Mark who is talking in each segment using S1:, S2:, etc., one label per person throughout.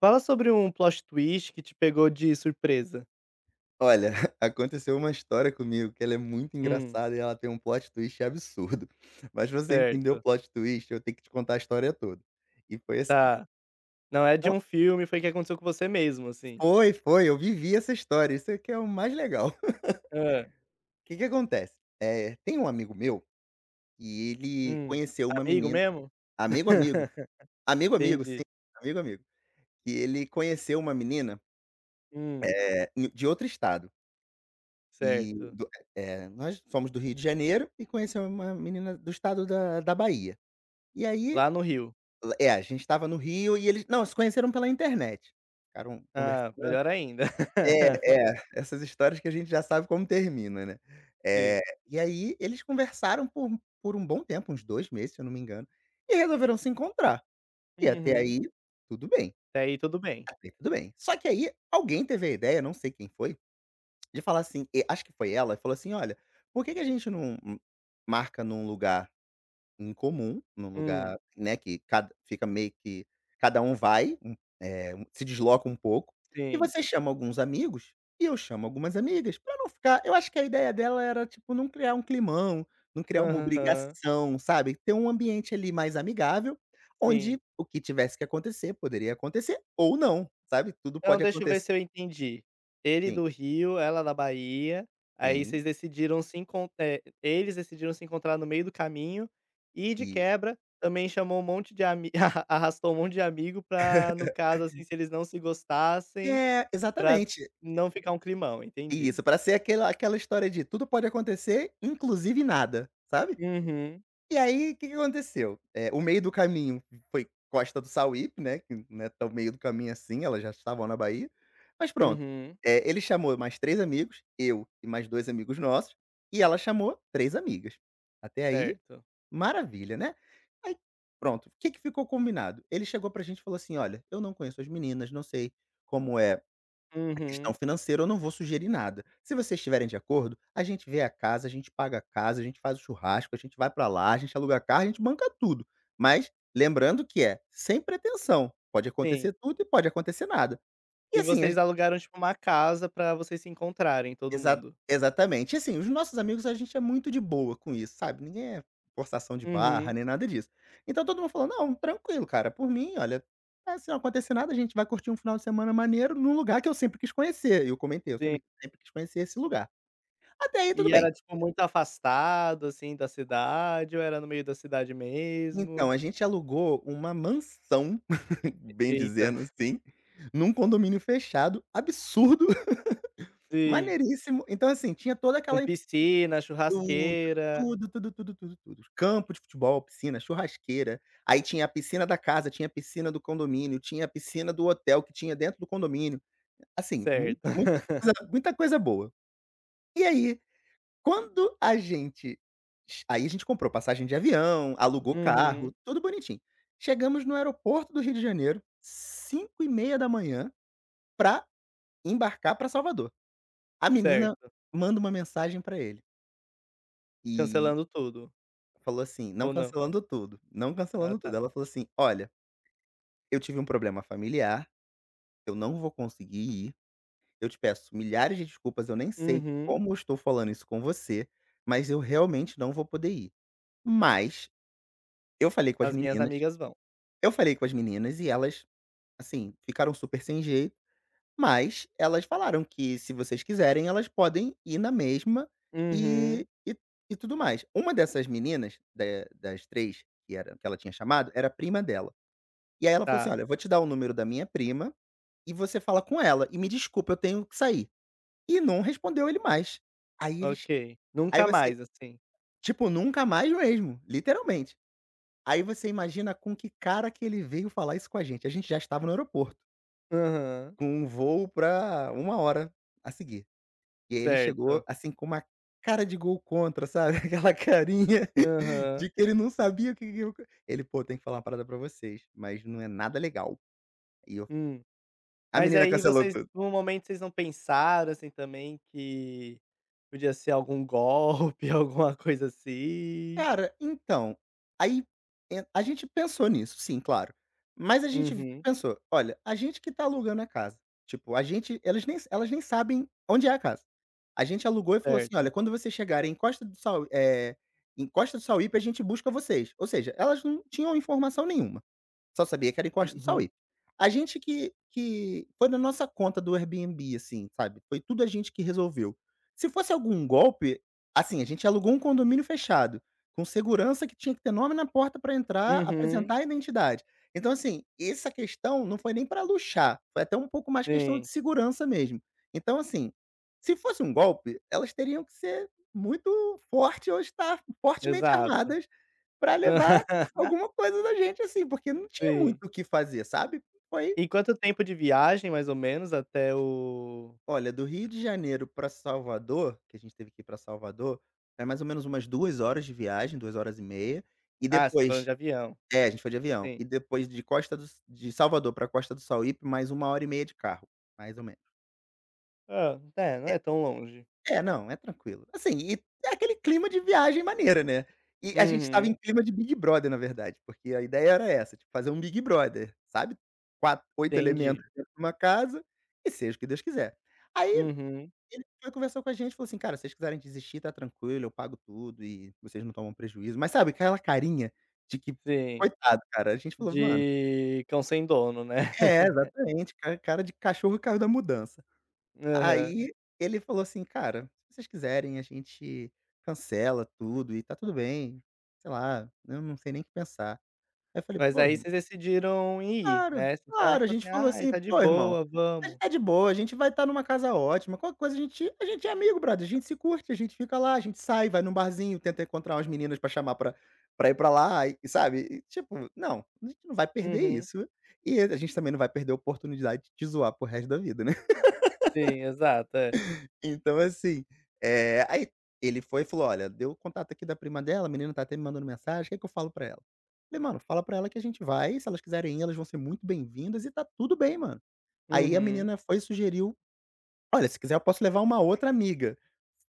S1: Fala sobre um plot twist que te pegou de surpresa.
S2: Olha, aconteceu uma história comigo que ela é muito
S1: Hum.
S2: engraçada e ela tem um plot twist absurdo. Mas pra você entender o
S1: Certo,
S2: plot twist, eu tenho que te contar a história toda. E foi assim.
S1: tá. Não é de
S2: o
S1: um filme, foi que aconteceu com você mesmo, assim?
S2: foi, foi, eu vivi essa história, isso é que é o mais legal.
S1: Hã.
S2: O que que acontece? Tem um amigo meu e ele
S1: Hum.
S2: conheceu uma
S1: Amigo
S2: menina.
S1: mesmo?
S2: Amigo, amigo. Amigo, amigo, sim,
S1: Entendi.
S2: amigo, amigo. E ele conheceu uma menina,
S1: Hum.
S2: de outro estado. E
S1: Certo.
S2: do nós somos do Rio de Janeiro e conhecemos uma menina do estado da Bahia. E aí.
S1: Lá no Rio.
S2: É, a gente estava no Rio, e eles não, se conheceram pela internet. Ficaram
S1: Ah,
S2: conversando.
S1: melhor ainda.
S2: é, Essas histórias que a gente já sabe como termina, né.
S1: Sim.
S2: É, e aí eles conversaram por um bom tempo, uns 2 meses, se eu não me engano, e resolveram se encontrar. E até
S1: Uhum.
S2: aí, tudo bem,
S1: Até aí tudo bem.
S2: até aí tudo bem. Só que aí alguém teve a ideia, não sei quem foi, de falar assim, acho que foi ela, e falou assim: "Olha, por que que a gente não marca num lugar em comum
S1: Hum.
S2: né, que cada fica meio que cada um vai, um se desloca um pouco, e
S1: Sim.
S2: você chama alguns amigos, e eu chamo algumas amigas, pra não ficar, eu acho que a ideia dela era, tipo, não criar um climão, não criar uma
S1: Aham.
S2: obrigação, sabe, ter um ambiente ali mais amigável, onde
S1: Sim.
S2: o que tivesse que acontecer, poderia acontecer ou não, sabe, tudo
S1: Então
S2: pode
S1: deixa eu ver
S2: acontecer.
S1: se eu entendi. Ele
S2: Sim,
S1: do Rio, ela da Bahia, aí
S2: sim,
S1: vocês decidiram se encon eh, eles decidiram se encontrar no meio do caminho e de
S2: e
S1: quebra também chamou um monte de ami arrastou um monte de amigo pra, no caso, assim, se eles não se gostassem,
S2: é,
S1: pra
S2: exatamente.
S1: não ficar um climão, entendi.
S2: Isso, pra ser aquela história de tudo pode acontecer, inclusive nada, sabe?
S1: Uhum,
S2: E aí, o que que aconteceu? O meio do caminho foi Costa do Sauípe, né, que não é tão meio do caminho assim, elas já estavam na Bahia, mas pronto.
S1: uhum.
S2: Ele chamou mais 3 amigos, eu e mais 2 amigos nossos, e ela chamou 3 amigas. Até aí,
S1: Certo.
S2: maravilha, né. Aí, pronto, o que que ficou combinado? Ele chegou pra gente e falou assim: "Olha, eu não conheço as meninas, não sei como é a questão
S1: Uhum.
S2: financeira, eu não vou sugerir nada. Se vocês estiverem de acordo, a gente vê a casa, a gente paga a casa, a gente faz o churrasco, a gente vai pra lá, a gente aluga carro, a gente banca tudo.
S1: Sim.
S2: Mas lembrando que é sem pretensão. Pode
S1: Sim.
S2: acontecer tudo e pode acontecer nada." E
S1: E
S2: assim, a
S1: vocês alugaram, tipo, uma casa pra vocês se encontrarem, todo
S2: exa
S1: mundo?
S2: exatamente. E assim, os nossos amigos, a gente é muito de boa com isso, sabe? Ninguém é forçação de barra,
S1: Uhum.
S2: nem nada disso. Então todo mundo falou: "Não, tranquilo, cara, por mim, olha, se não acontecer nada, a gente vai curtir um final de semana maneiro num lugar que eu sempre quis conhecer". E eu comentei: "Eu
S1: Sim.
S2: sempre quis conhecer esse lugar". Até aí tudo
S1: E era,
S2: bem.
S1: tipo, muito afastado, assim, da cidade ou era no meio da cidade
S2: Então,
S1: mesmo?
S2: a gente alugou uma mansão, bem
S1: Eita.
S2: dizendo assim, num condomínio fechado, absurdo,
S1: Sim.
S2: maneiríssimo. Então, assim, tinha toda aquela
S1: Com piscina,
S2: tudo,
S1: churrasqueira.
S2: tudo, tudo, tudo, tudo, tudo. Campo de futebol, piscina, churrasqueira. Aí tinha a piscina da casa, tinha a piscina do condomínio, tinha a piscina do hotel que tinha dentro do condomínio. Assim, mu
S1: Certo.
S2: muita coisa, muita coisa boa. E aí, Quando a gente aí a gente comprou passagem de avião, alugou carro,
S1: Uhum.
S2: tudo bonitinho. Chegamos no aeroporto do Rio de Janeiro, 5h30 da manhã pra embarcar pra Salvador. A menina
S1: Certo.
S2: manda uma mensagem pra ele e
S1: Cancelando tudo,
S2: falou assim, não
S1: ou não?
S2: cancelando tudo, não
S1: Ah,
S2: cancelando tudo,
S1: tá.
S2: ela falou assim: "Olha, eu tive um problema familiar, eu não vou conseguir ir, eu te peço milhares de desculpas, eu nem sei
S1: Uhum.
S2: como eu estou falando isso com você, mas eu realmente não vou poder ir. Mas eu falei com as
S1: As minhas
S2: meninas."
S1: amigas vão.
S2: Eu falei com as meninas e elas, assim, ficaram super sem jeito, mas elas falaram que se vocês quiserem elas podem ir na mesma
S1: Uhum.
S2: e e e tudo mais. Uma dessas meninas, da das 3 que era que ela tinha chamado, era a prima dela. E aí ela falou assim:
S1: Tá,
S2: "Olha, eu vou te dar o número da minha prima e você fala com ela e me desculpa, eu tenho que sair". E não respondeu ele mais. Aí eles
S1: ok.
S2: aí
S1: Nunca
S2: você
S1: mais, assim.
S2: tipo, nunca mais mesmo, literalmente. Aí você imagina com que cara que ele veio falar isso com a gente já estava no aeroporto.
S1: Aham.
S2: Com um voo pra 1 hora a seguir. E aí ele chegou,
S1: Certo.
S2: assim, com uma cara de gol contra, sabe, aquela carinha de
S1: Aham.
S2: que ele não sabia o que que eu ele: "Pô, tenho que falar uma parada pra vocês, mas não é nada legal". E eu
S1: Hum.
S2: A
S1: Mas
S2: menina
S1: aí
S2: cancelou
S1: vocês
S2: tudo.
S1: no momento vocês não pensaram, assim, também que podia ser algum golpe, alguma coisa assim?
S2: Cara, então, aí en a gente pensou nisso, sim, claro. Mas a gente
S1: Uhum,
S2: pensou: "Olha, a gente que tá alugando a casa". Tipo, a gente elas nem sabem onde é a casa. A gente alugou e falou assim: "Olha,
S1: certo.
S2: quando vocês chegarem em Costa do Sau eh, em Costa do Sauípe, a gente busca vocês". Ou seja, elas não tinham informação nenhuma. Só sabia que era Encosta do
S1: Uhum,
S2: Sauípe. A gente que foi na nossa conta do Airbnb, assim, sabe, foi tudo a gente que resolveu. Se fosse algum golpe, assim, a gente alugou um condomínio fechado, com segurança que tinha que ter nome na porta para entrar,
S1: uhum.
S2: apresentar a identidade. Então, assim, essa questão não foi nem para luxar, foi até um pouco mais questão de
S1: Sim,
S2: segurança mesmo. Então, assim, se fosse um golpe, elas teriam que ser muito forte ou estar fortemente
S1: exato.
S2: armadas pra levar alguma coisa da gente, assim, porque não tinha
S1: Sim.
S2: muito o que fazer, sabe. Foi
S1: E quanto tempo de viagem, mais ou menos, até o
S2: Olha, do Rio de Janeiro pra Salvador, que a gente teve que ir pra Salvador, é mais ou menos umas 2 horas de viagem, 2h30, e
S1: ah, vocês foram
S2: depois,
S1: de avião,
S2: é, a gente foi de avião. E
S1: sim.
S2: depois de Salvador pra Costa do Sauípe, mais 1h30 de carro, mais ou menos.
S1: Hã, é, não é tão longe.
S2: É, não, é tranquilo. Assim, e é aquele clima de viagem maneira, né. E a gente estava em
S1: Uhum,
S2: clima de Big Brother, na verdade, porque a ideia era essa, tipo, fazer um Big Brother, sabe, quatro, oito elementos
S1: entendi.
S2: dentro de uma casa, e seja o que Deus quiser. Aí
S1: Uhum,
S2: ele foi conversou com a gente, falou assim: "Cara, se vocês quiserem desistir, tá tranquilo, eu pago tudo e vocês não tomam prejuízo", mas sabe aquela carinha de que
S1: sim.
S2: coitado, cara, a gente falou: "Mano",
S1: De cão sem dono, né?
S2: é, exatamente, cara de cachorro que caiu da mudança.
S1: Aham.
S2: Aí ele falou assim: "Cara, se vocês quiserem a gente cancela tudo e tá tudo bem, sei lá, eu não sei nem o que pensar". Aí eu falei:
S1: Mas
S2: "Pô,
S1: aí vocês decidiram ir,
S2: claro,
S1: né, então
S2: claro", a
S1: tipo
S2: gente
S1: assim:
S2: falou
S1: "Ai,
S2: assim:
S1: tá de
S2: "Pô, irmão,
S1: boa,
S2: a gente
S1: vamos".
S2: tá de boa, a gente vai estar numa casa ótima, qualquer coisa a gente é amigo brother, a gente se curte, a gente fica lá, a gente sai, vai num barzinho, tenta encontrar umas meninas pra chamar pra ir pra lá", e sabe, e tipo, não, a gente não vai perder
S1: Uhum.
S2: isso, e a gente também não vai perder a oportunidade de zoar pro resto da vida, né.
S1: Sim, exato, é.
S2: Então, assim, aí ele foi e falou: "Olha, deu o contato aqui da prima dela, a menina tá até me mandando mensagem, o que é que eu falo pra ela?". Falei: "Mano, fala pra ela que a gente vai, se elas quiserem ir, elas vão ser muito bem-vindas e tá tudo bem, mano". Aí a
S1: Uhum.
S2: menina foi e sugeriu: "Olha, se quiser eu posso levar uma outra amiga",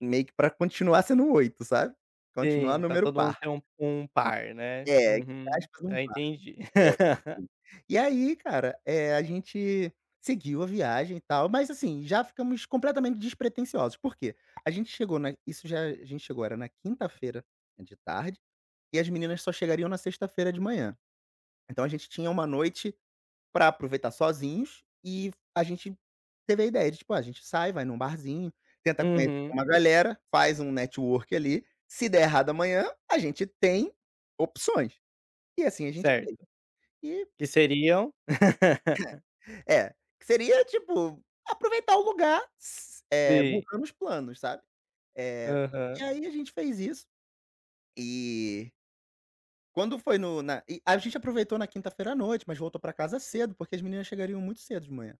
S2: meio que pra continuar sendo oito, sabe? Continuar
S1: Sim, pra
S2: número
S1: todo mundo
S2: par.
S1: ter um par, né.
S2: É, entre
S1: Uhum.
S2: aspas, um
S1: Ah,
S2: par.
S1: entendi.
S2: É, sim. E aí, cara, a gente seguiu a viagem e tal, mas assim, já ficamos completamente despretensiosos. Por quê? A gente chegou na isso já a gente chegou era na quinta-feira de tarde, e as meninas só chegariam na sexta-feira de manhã. Então a gente tinha uma noite pra aproveitar sozinhos, e a gente teve a ideia de, tipo, ah, a gente sai, vai num barzinho, tenta conhecer
S1: Uhum.
S2: uma galera, faz um network ali, se der errado amanhã, a gente tem opções. E assim a gente fez.
S1: Certo. Que seriam?
S2: É, que seria tipo, aproveitar o lugar,
S1: Sim.
S2: mudando os planos, sabe. Eh, e
S1: Aham.
S2: aí a gente fez isso, e quando foi no na e a gente aproveitou na quinta-feira à noite, mas voltou pra casa cedo, porque as meninas chegariam muito cedo de manhã.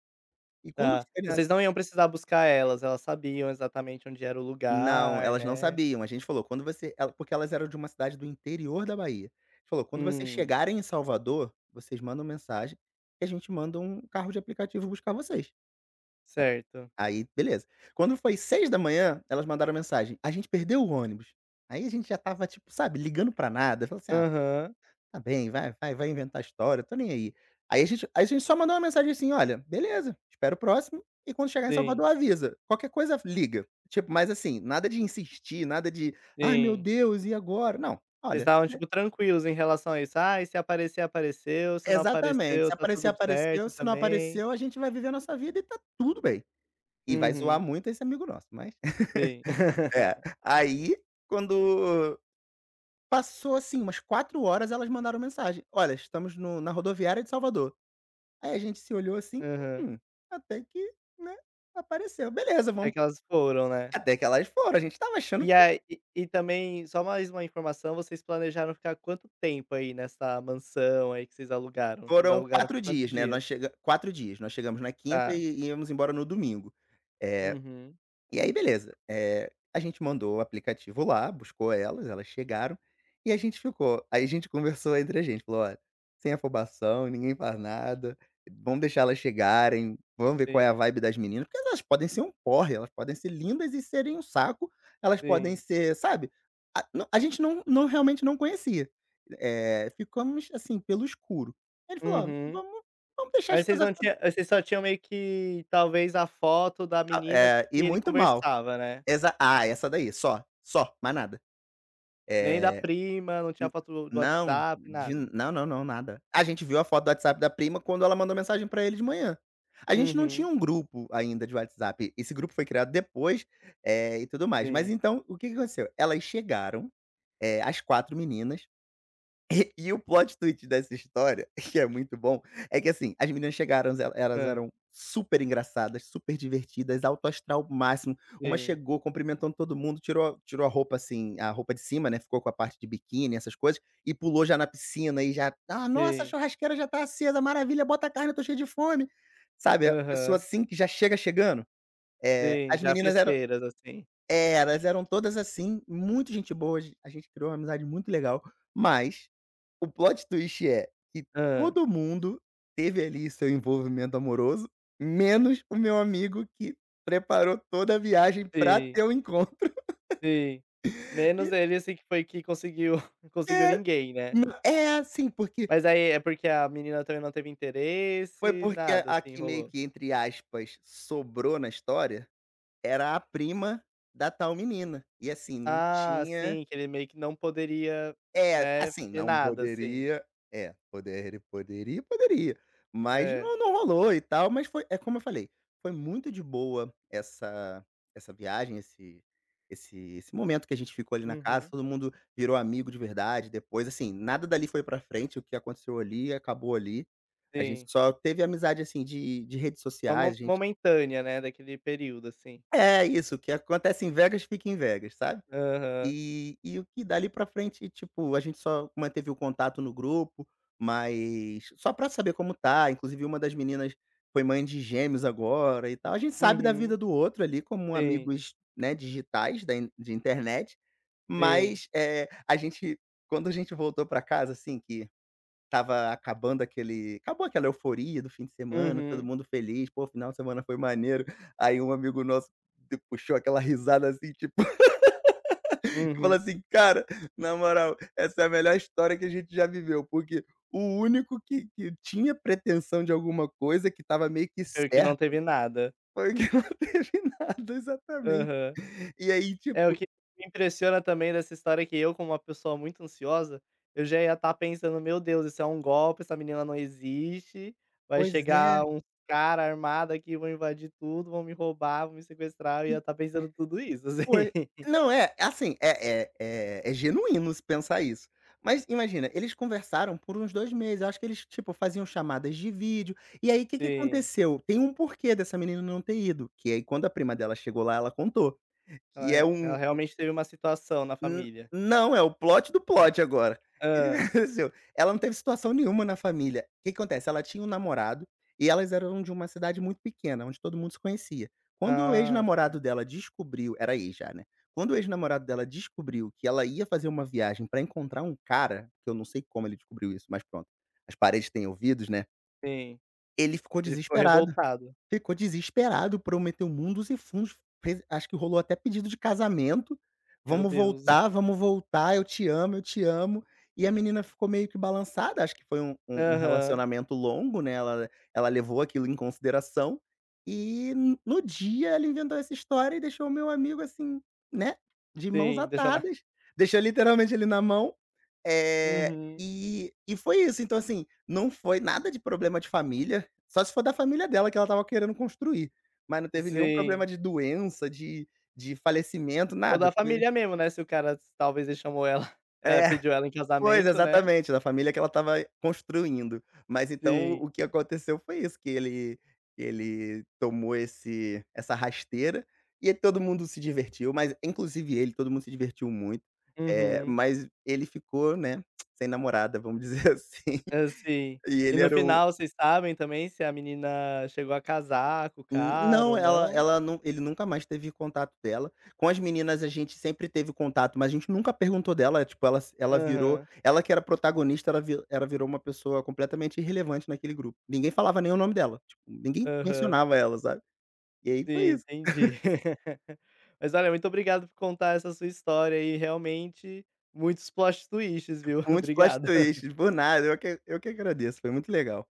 S2: E quando
S1: Tá.
S2: foi nas
S1: Vocês não iam precisar buscar elas, elas sabiam exatamente onde era o
S2: Não,
S1: lugar,
S2: elas não
S1: né.
S2: sabiam, a gente falou: "Quando você..." ela, porque elas eram de uma cidade do interior da Bahia. A gente falou: "Quando vocês
S1: Hum.
S2: chegarem em Salvador, vocês mandam mensagem, e a gente manda um carro de aplicativo buscar vocês".
S1: Certo.
S2: Aí, beleza. Quando foi 6h da manhã, elas mandaram mensagem: "A gente perdeu o ônibus". Aí a gente já estava, tipo, sabe, ligando pra nada, falou assim: "Ah,
S1: Aham.
S2: tá bem, vai inventar história, tô nem aí". Aí a gente só mandou uma mensagem assim: "Olha, beleza, espero o próximo e quando chegar em
S1: Sim,
S2: Salvador avisa, qualquer coisa liga". Tipo, mas assim, nada de insistir, nada de: "Ai meu
S1: sim.
S2: Deus, e agora?". Não,
S1: Vocês
S2: olha,
S1: estavam, tipo, tranquilos em relação a isso? "Ai, se aparecer, apareceu, se não
S2: exatamente,
S1: apareceu,
S2: se
S1: tá
S2: aparecer,
S1: tudo
S2: apareceu,
S1: certo
S2: se não
S1: também".
S2: apareceu, a gente vai viver a nossa vida e tá tudo bem. E vai zoar
S1: Uhum,
S2: muito esse amigo nosso, mas
S1: sim.
S2: é, aí quando passou, assim, umas 4 horas, elas mandaram mensagem: "Olha, estamos no na rodoviária de Salvador". Aí a gente se olhou assim:
S1: Aham.
S2: "Hum, até que, né, apareceu. Beleza,
S1: É
S2: vamos".
S1: que elas foram, né.
S2: Até que elas foram, a gente estava achando
S1: E
S2: que
S1: aí e também, só mais uma informação, vocês planejaram ficar quanto tempo aí nessa mansão aí que vocês alugaram? Vocês
S2: foram
S1: alugaram
S2: quatro
S1: por quantos
S2: dias, né,
S1: dias?
S2: nós chega 4 dias, nós chegamos na quinta
S1: Tá.
S2: e íamos embora no domingo. Eh
S1: Uhum.
S2: E aí beleza, a gente mandou o aplicativo lá, buscou elas, elas chegaram, e a gente ficou. Aí a gente conversou entre a gente, falou: "Olha, sem afobação, ninguém faz nada, vamos deixar elas chegarem, vamos ver qual é a
S1: Sim,
S2: vibe das meninas, porque elas podem ser um porre, elas podem ser lindas e serem um saco, elas podem
S1: sim.
S2: ser", sabe. A Não, a gente não realmente não conhecia, ficamos, assim, pelo escuro. Aí ele falou: "Ó,
S1: Uhum.
S2: vamos deixar as
S1: Mas vocês
S2: coisas
S1: não
S2: acon"
S1: tinha vocês só tinham meio que, talvez, a foto da
S2: Ah,
S1: menina
S2: é, e
S1: que ele
S2: muito mal.
S1: conversava, né?
S2: Essa daí, só, só, mais nada.
S1: Nem
S2: É,
S1: da prima, não
S2: n
S1: tinha foto do
S2: não,
S1: WhatsApp,
S2: de
S1: nada?
S2: não, não, não, nada. A gente viu a foto do WhatsApp da prima quando ela mandou mensagem pra ele de manhã. A gente não tinha
S1: Uhum.
S2: um grupo ainda de WhatsApp, esse grupo foi criado depois, e tudo mais. Mas
S1: Sim.
S2: então, o que que aconteceu? Elas chegaram, as 4 meninas. E o plot twist dessa história, que é muito bom, é que assim, as meninas chegaram, elas
S1: Hã.
S2: eram super engraçadas, super divertidas, alto astral máximo. Uma
S1: Sim,
S2: chegou cumprimentando todo mundo, tirou a roupa assim, a roupa de cima, né, ficou com a parte de biquíni, essas coisas, e pulou já na piscina e já: "Ah, nossa, a
S1: sim.
S2: churrasqueira já tá acesa, maravilha, bota a carne, eu tô cheia de fome". Sabe, a pessoa
S1: Aham.
S2: assim que já chega chegando.
S1: Sim,
S2: As
S1: já
S2: meninas eram
S1: festeiras, assim.
S2: é, elas eram todas assim, muito gente boa, a gente criou uma amizade muito legal, mas o plot twist é que
S1: Hã.
S2: todo mundo teve ali seu envolvimento amoroso, menos o meu amigo que preparou toda a viagem pra
S1: Sim,
S2: ter o encontro.
S1: sim. Menos ele, assim, que foi que conseguiu conseguiu
S2: É,
S1: ninguém, né.
S2: n é assim, porque
S1: Mas aí é porque a menina também não teve
S2: foi
S1: interesse,
S2: porque a
S1: nada,
S2: a
S1: assim,
S2: que meio
S1: rolou?
S2: que, entre aspas, "sobrou" na história, era a prima da tal menina. E assim, não
S1: Ah,
S2: tinha.
S1: sim, que ele meio que não poderia,
S2: É,
S1: né,
S2: assim,
S1: ter
S2: não
S1: nada, assim.
S2: poderia. É, poderia, mas
S1: É.
S2: não rolou e tal, mas foi é como eu falei, foi muito de boa essa viagem, esse momento que a gente ficou ali na casa,
S1: Uhum.
S2: todo mundo virou amigo de verdade depois, assim, nada dali foi pra frente, o que aconteceu ali acabou ali. A gente
S1: Sim.
S2: só teve amizade, assim, de redes
S1: Uma
S2: sociais, a
S1: mo
S2: gente
S1: momentânea, né, daquele período, assim.
S2: é isso, o que acontece em Vegas fica em Vegas, sabe?
S1: Aham.
S2: E o que dali pra frente, tipo, a gente só manteve o contato no grupo, mas só pra saber como tá, inclusive uma das meninas foi mãe de gêmeos agora e tal. A gente sabe da vida
S1: Uhum.
S2: do outro ali como
S1: Sim,
S2: amigos, né, digitais da in de internet,
S1: sim.
S2: mas, é a gente quando a gente voltou pra casa, assim, que estava acabando aquele acabou aquela euforia do fim de semana, todo
S1: Uhum,
S2: mundo feliz: "Pô, final de semana foi maneiro". Aí um amigo nosso de puxou aquela risada, assim, tipo e falar
S1: uhum.
S2: assim: "Cara, na moral, essa é a melhor história que a gente já viveu", porque o único que tinha pretensão de alguma coisa, que estava meio que
S1: Meio que não
S2: certo,
S1: teve nada.
S2: foi o que não teve nada, exatamente.
S1: Aham.
S2: E aí,
S1: É o
S2: tipo,
S1: que me impressiona também dessa história é que eu, como uma pessoa muito ansiosa, eu já ia estar pensando: "Meu Deus, isso é um golpe, essa menina não existe, vai
S2: pois é,
S1: chegar uns cara armado aqui, vão invadir tudo, vão me roubar, vão me sequestrar", eu
S2: e
S1: ia estar pensando tudo isso, assim.
S2: foi não, é, assim, é genuíno se pensar isso. Mas imagina, eles conversaram por uns 2 meses, eu acho que eles, tipo, faziam chamadas de vídeo, e aí o que que
S1: Sim.
S2: aconteceu? Tem um porquê dessa menina não ter ido, que aí quando a prima dela chegou lá, ela contou,
S1: Ela
S2: que é
S1: re
S2: um.
S1: ela realmente teve uma situação na
S2: N
S1: família.
S2: Não, é o plot do plot agora. O que
S1: ah
S2: aconteceu? Ela não teve situação nenhuma na família. O que que acontece? Ela tinha um namorado e elas eram de uma cidade muito pequena, onde todo mundo se conhecia. Quando o
S1: Ah,
S2: ex-namorado
S1: sim,
S2: dela descobriu, era ex já, né. Quando o ex-namorado dela descobriu que ela ia fazer uma viagem pra encontrar um cara, que eu não sei como ele descobriu isso, mas pronto, as paredes têm ouvidos, né,
S1: sim.
S2: ele ficou
S1: Ele ficou
S2: desesperado.
S1: revoltado.
S2: Ficou desesperado, prometeu mundos e fundos, fez, acho que rolou até pedido de casamento:
S1: Meu Deus.
S2: Vamos voltar, eu te amo, eu te amo". E a menina ficou meio que balançada, acho que foi um
S1: Aham.
S2: relacionamento longo, né, ela levou aquilo em consideração, e n no dia ela inventou essa história e deixou o meu amigo assim, né, de mãos
S1: Sim, deixou na.
S2: atadas, deixou literalmente ele na mão,
S1: Uhum,
S2: e foi isso. Então assim, não foi nada de problema de família. Só se for da família dela que ela estava querendo construir, mas não teve nenhum problema
S1: sim.
S2: de doença, de falecimento,
S1: Ou
S2: nada,
S1: da
S2: foi
S1: família mesmo, né, se o cara talvez ele chamou ela
S2: é,
S1: pediu ela em
S2: pois,
S1: casamento, né.
S2: exatamente, da família que ela estava construindo. Mas então o
S1: Sim.
S2: o que aconteceu foi isso, que ele tomou esse essa rasteira, e todo mundo se divertiu, mas inclusive ele, todo mundo se divertiu muito,
S1: Uhum.
S2: mas ele ficou, né, sem namorada, vamos dizer assim,
S1: Hã, sim.
S2: e
S1: E
S2: ele
S1: no
S2: era o.
S1: final vocês sabem também se a menina chegou a casar com o cara
S2: Não,
S1: ou
S2: ela
S1: não?
S2: ela não, ele nunca mais teve contato dela. Com as meninas a gente sempre teve contato, mas a gente nunca perguntou dela, tipo, ela virou
S1: Aham,
S2: ela que era protagonista, ela virou uma pessoa completamente irrelevante naquele grupo. Ninguém falava nem o nome dela, tipo, ninguém
S1: aham.
S2: mencionava ela, sabe. E aí foi
S1: Sim,
S2: isso,
S1: entendi. Mas olha, muito obrigado por contar essa sua história aí, realmente muitos plot twists, viu.
S2: muitos plot
S1: Obrigado.
S2: twists, por nada, eu que agradeço, foi muito legal.